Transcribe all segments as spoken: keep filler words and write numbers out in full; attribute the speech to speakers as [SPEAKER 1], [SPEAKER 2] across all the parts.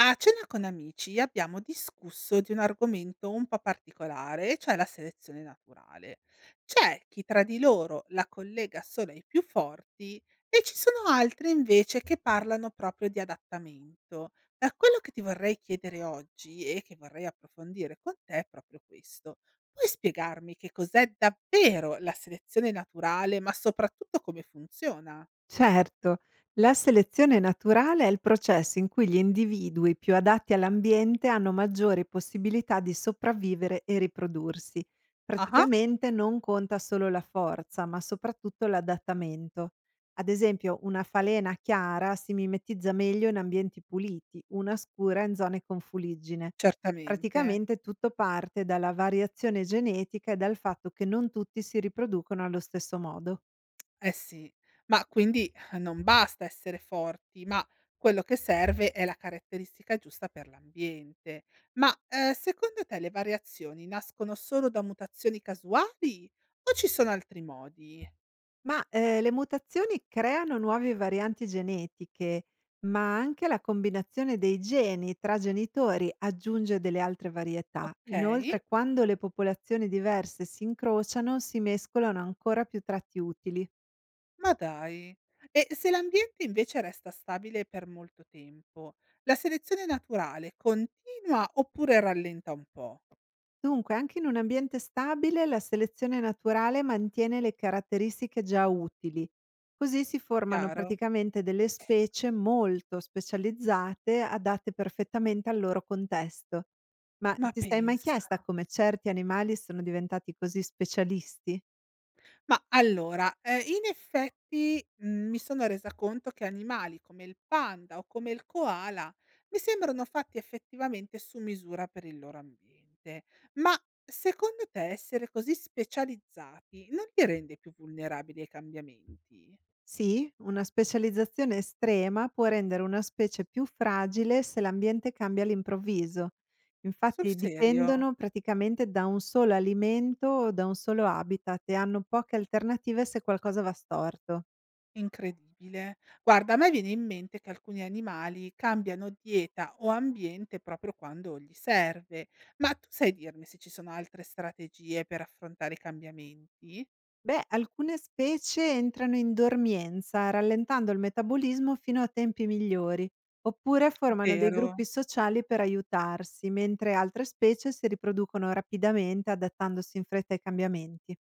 [SPEAKER 1] A cena con amici abbiamo discusso di un argomento un po' particolare, cioè la selezione naturale. C'è chi tra di loro la collega solo ai più forti e ci sono altri invece che parlano proprio di adattamento. Eh, quello che ti vorrei chiedere oggi e che vorrei approfondire con te è proprio questo. Puoi spiegarmi che cos'è davvero la selezione naturale, ma soprattutto come funziona?
[SPEAKER 2] Certo, la selezione naturale è il processo in cui gli individui più adatti all'ambiente hanno maggiori possibilità di sopravvivere e riprodursi.
[SPEAKER 1] Ah,
[SPEAKER 2] Praticamente non conta solo la forza, ma soprattutto l'adattamento. Ad esempio, una falena chiara si mimetizza meglio in ambienti puliti, una scura in zone con fuliggine.
[SPEAKER 1] certamente.
[SPEAKER 2] Praticamente tutto parte dalla variazione genetica e dal fatto che non tutti si riproducono allo stesso modo.
[SPEAKER 1] Eh sì, ma quindi eh, non basta essere forti, ma quello che serve è la caratteristica giusta per l'ambiente. Ma eh, secondo te le variazioni nascono solo da mutazioni casuali o ci sono altri modi?
[SPEAKER 2] Ma, ehm, le mutazioni creano nuove varianti genetiche, ma anche la combinazione dei geni tra genitori aggiunge delle altre varietà.
[SPEAKER 1] Ok,
[SPEAKER 2] Inoltre, quando le popolazioni diverse si incrociano, si mescolano ancora più tratti utili.
[SPEAKER 1] ma dai. E se l'ambiente invece resta stabile per molto tempo, la selezione naturale continua oppure rallenta un po'?
[SPEAKER 2] Dunque, anche in un ambiente stabile, la selezione naturale mantiene le caratteristiche già utili. Così si formano
[SPEAKER 1] Chiaro?
[SPEAKER 2] praticamente delle specie molto specializzate, adatte perfettamente al loro contesto. Ma
[SPEAKER 1] Ma
[SPEAKER 2] ti sei mai
[SPEAKER 1] pensa.
[SPEAKER 2] chiesta come certi animali sono diventati così specialisti?
[SPEAKER 1] Ma allora, ehm, in effetti, mhmm, mi sono resa conto che animali come il panda o come il koala mi sembrano fatti effettivamente su misura per il loro ambiente. Ma secondo te essere così specializzati non li rende più vulnerabili ai cambiamenti?
[SPEAKER 2] Sì, una specializzazione estrema può rendere una specie più fragile se l'ambiente cambia all'improvviso.
[SPEAKER 1] Sul
[SPEAKER 2] Infatti
[SPEAKER 1] serio?
[SPEAKER 2] dipendono praticamente da un solo alimento o da un solo habitat e hanno poche alternative se qualcosa va storto.
[SPEAKER 1] Incredibile. Guarda, a me viene in mente che alcuni animali cambiano dieta o ambiente proprio quando gli serve, ma tu sai dirmi se ci sono altre strategie per affrontare i cambiamenti?
[SPEAKER 2] Beh, alcune specie entrano in dormienza, rallentando il metabolismo fino a tempi migliori, oppure formano dei
[SPEAKER 1] Vero,
[SPEAKER 2] gruppi sociali per aiutarsi, mentre altre specie si riproducono rapidamente adattandosi in fretta ai cambiamenti.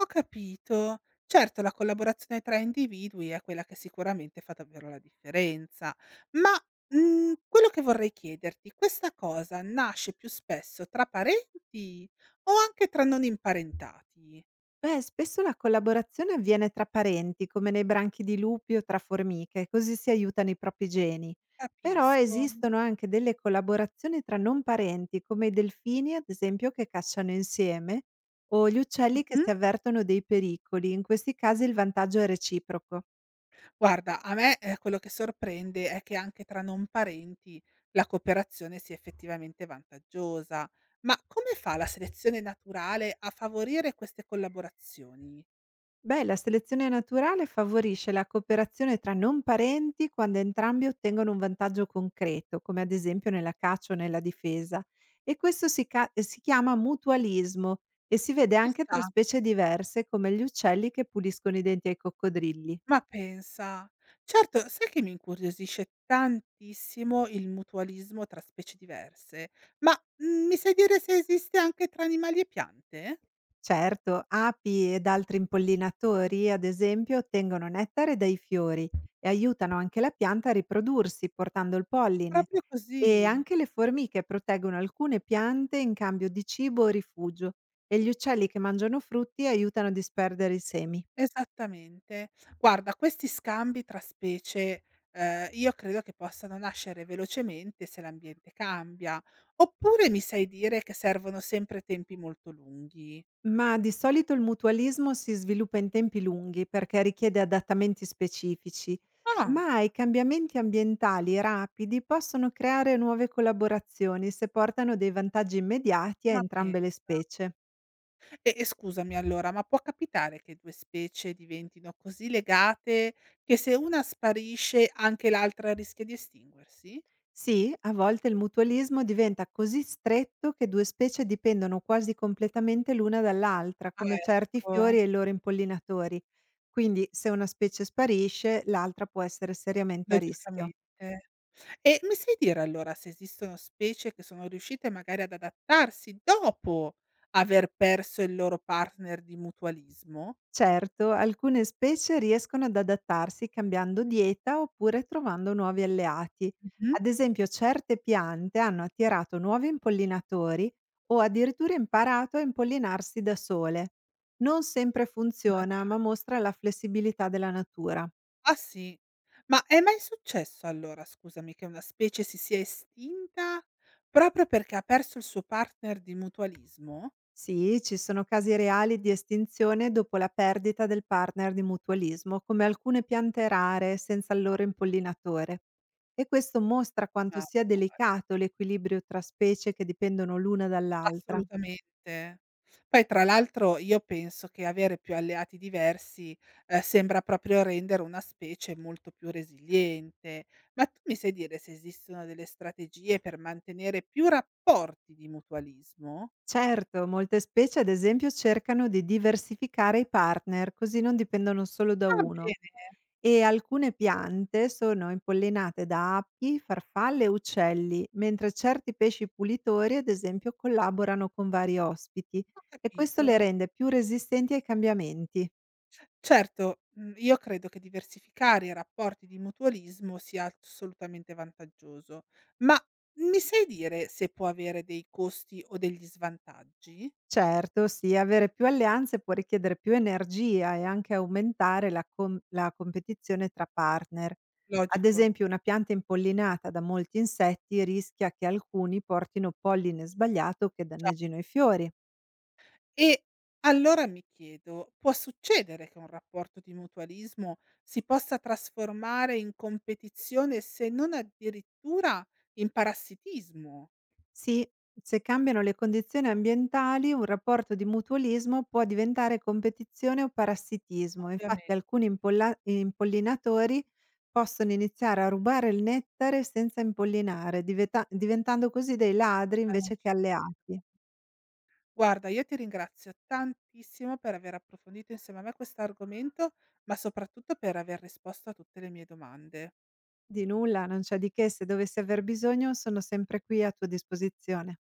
[SPEAKER 1] ho capito. Certo, la collaborazione tra individui è quella che sicuramente fa davvero la differenza, ma mm, quello che vorrei chiederti, questa cosa nasce più spesso tra parenti o anche tra non imparentati?
[SPEAKER 2] Beh, spesso la collaborazione avviene tra parenti, come nei branchi di lupi o tra formiche, così si aiutano i propri geni. Però
[SPEAKER 1] Capisco.
[SPEAKER 2] esistono anche delle collaborazioni tra non parenti, come i delfini, ad esempio, che cacciano insieme, o gli uccelli che si avvertono dei pericoli. In questi casi il vantaggio è reciproco.
[SPEAKER 1] Guarda, a me, ehm, quello che sorprende è che anche tra non parenti la cooperazione sia effettivamente vantaggiosa. Ma come fa la selezione naturale a favorire queste collaborazioni?
[SPEAKER 2] Beh, la selezione naturale favorisce la cooperazione tra non parenti quando entrambi ottengono un vantaggio concreto, come ad esempio nella caccia o nella difesa, e questo si, ca- eh, si chiama mutualismo e si vede
[SPEAKER 1] Ci
[SPEAKER 2] anche
[SPEAKER 1] sta.
[SPEAKER 2] tra specie diverse come gli uccelli che puliscono i denti ai coccodrilli.
[SPEAKER 1] Ma pensa. Certo, sai che mi incuriosisce tantissimo il mutualismo tra specie diverse, ma, mhmm, mi sai dire se esiste anche tra animali e piante?
[SPEAKER 2] Certo, api ed altri impollinatori, ad esempio, ottengono nettare dai fiori e aiutano anche la pianta a riprodursi portando il polline
[SPEAKER 1] Proprio
[SPEAKER 2] e
[SPEAKER 1] così.
[SPEAKER 2] anche le formiche proteggono alcune piante in cambio di cibo o rifugio e gli uccelli che mangiano frutti aiutano a disperdere i semi.
[SPEAKER 1] Esattamente. Guarda, questi scambi tra specie, ehm, io credo che possano nascere velocemente se l'ambiente cambia, oppure mi sai dire che servono sempre tempi molto lunghi?
[SPEAKER 2] Ma di solito il mutualismo si sviluppa in tempi lunghi perché richiede adattamenti specifici,
[SPEAKER 1] Ah,
[SPEAKER 2] ma i cambiamenti ambientali rapidi possono creare nuove collaborazioni se portano dei vantaggi immediati a
[SPEAKER 1] ma
[SPEAKER 2] entrambe le
[SPEAKER 1] pensa.
[SPEAKER 2] specie.
[SPEAKER 1] E e scusami allora, ma può capitare che due specie diventino così legate che se una sparisce anche l'altra rischia di estinguersi?
[SPEAKER 2] Sì, a volte il mutualismo diventa così stretto che due specie dipendono quasi completamente l'una dall'altra,
[SPEAKER 1] Ah,
[SPEAKER 2] come certi
[SPEAKER 1] ecco.
[SPEAKER 2] fiori e i loro impollinatori. Quindi se una specie sparisce, l'altra può essere seriamente a rischio.
[SPEAKER 1] Logicamente. E mi sai dire allora se esistono specie che sono riuscite magari ad adattarsi dopo aver perso il loro partner di mutualismo?
[SPEAKER 2] Certo, alcune specie riescono ad adattarsi cambiando dieta oppure trovando nuovi alleati.
[SPEAKER 1] Mh-mh.
[SPEAKER 2] Ad esempio, certe piante hanno attirato nuovi impollinatori o addirittura imparato a impollinarsi da sole. Non sempre
[SPEAKER 1] Ma
[SPEAKER 2] funziona,
[SPEAKER 1] dai.
[SPEAKER 2] ma mostra la flessibilità della natura.
[SPEAKER 1] Ah sì? Ma è mai successo allora, scusami, che una specie si sia estinta proprio perché ha perso il suo partner di mutualismo?
[SPEAKER 2] Sì, ci sono casi reali di estinzione dopo la perdita del partner di mutualismo, come alcune piante rare senza il loro impollinatore. E questo mostra
[SPEAKER 1] Ma
[SPEAKER 2] quanto
[SPEAKER 1] dai.
[SPEAKER 2] sia delicato l'equilibrio tra specie che dipendono l'una dall'altra.
[SPEAKER 1] Assolutamente. Poi tra l'altro io penso che avere più alleati diversi, ehm, sembra proprio rendere una specie molto più resiliente. Ma tu mi sai dire se esistono delle strategie per mantenere più rapporti di mutualismo?
[SPEAKER 2] Certo, molte specie ad esempio cercano di diversificare i partner, così non dipendono solo da
[SPEAKER 1] Ah
[SPEAKER 2] uno.
[SPEAKER 1] bene,
[SPEAKER 2] E alcune piante sono impollinate da api, farfalle e uccelli, mentre certi pesci pulitori, ad esempio, collaborano con vari ospiti
[SPEAKER 1] ho
[SPEAKER 2] e questo
[SPEAKER 1] capito.
[SPEAKER 2] le rende più resistenti ai cambiamenti.
[SPEAKER 1] Certo, mhmm, io credo che diversificare i rapporti di mutualismo sia assolutamente vantaggioso. Ma mi sai dire se può avere dei costi o degli svantaggi?
[SPEAKER 2] Certo, sì, avere più alleanze può richiedere più energia e anche aumentare la, com- la competizione tra partner. Ad
[SPEAKER 1] Logico.
[SPEAKER 2] esempio, una pianta impollinata da molti insetti rischia che alcuni portino polline sbagliato che
[SPEAKER 1] Cioè
[SPEAKER 2] danneggino i fiori.
[SPEAKER 1] e allora mi chiedo, può succedere che un rapporto di mutualismo si possa trasformare in competizione, se non addirittura in parassitismo?
[SPEAKER 2] Sì, se cambiano le condizioni ambientali, un rapporto di mutualismo può diventare competizione o parassitismo. Infatti
[SPEAKER 1] Ovviamente,
[SPEAKER 2] alcuni impolla- impollinatori possono iniziare a rubare il nettare senza impollinare, diveta- diventando così dei ladri
[SPEAKER 1] ma non
[SPEAKER 2] invece
[SPEAKER 1] ci
[SPEAKER 2] che
[SPEAKER 1] credo.
[SPEAKER 2] alleati.
[SPEAKER 1] Guarda, io ti ringrazio tantissimo per aver approfondito insieme a me questo argomento, ma soprattutto per aver risposto a tutte le mie domande.
[SPEAKER 2] Di nulla, non c'è di che, se dovessi aver bisogno sono sempre qui a tua disposizione.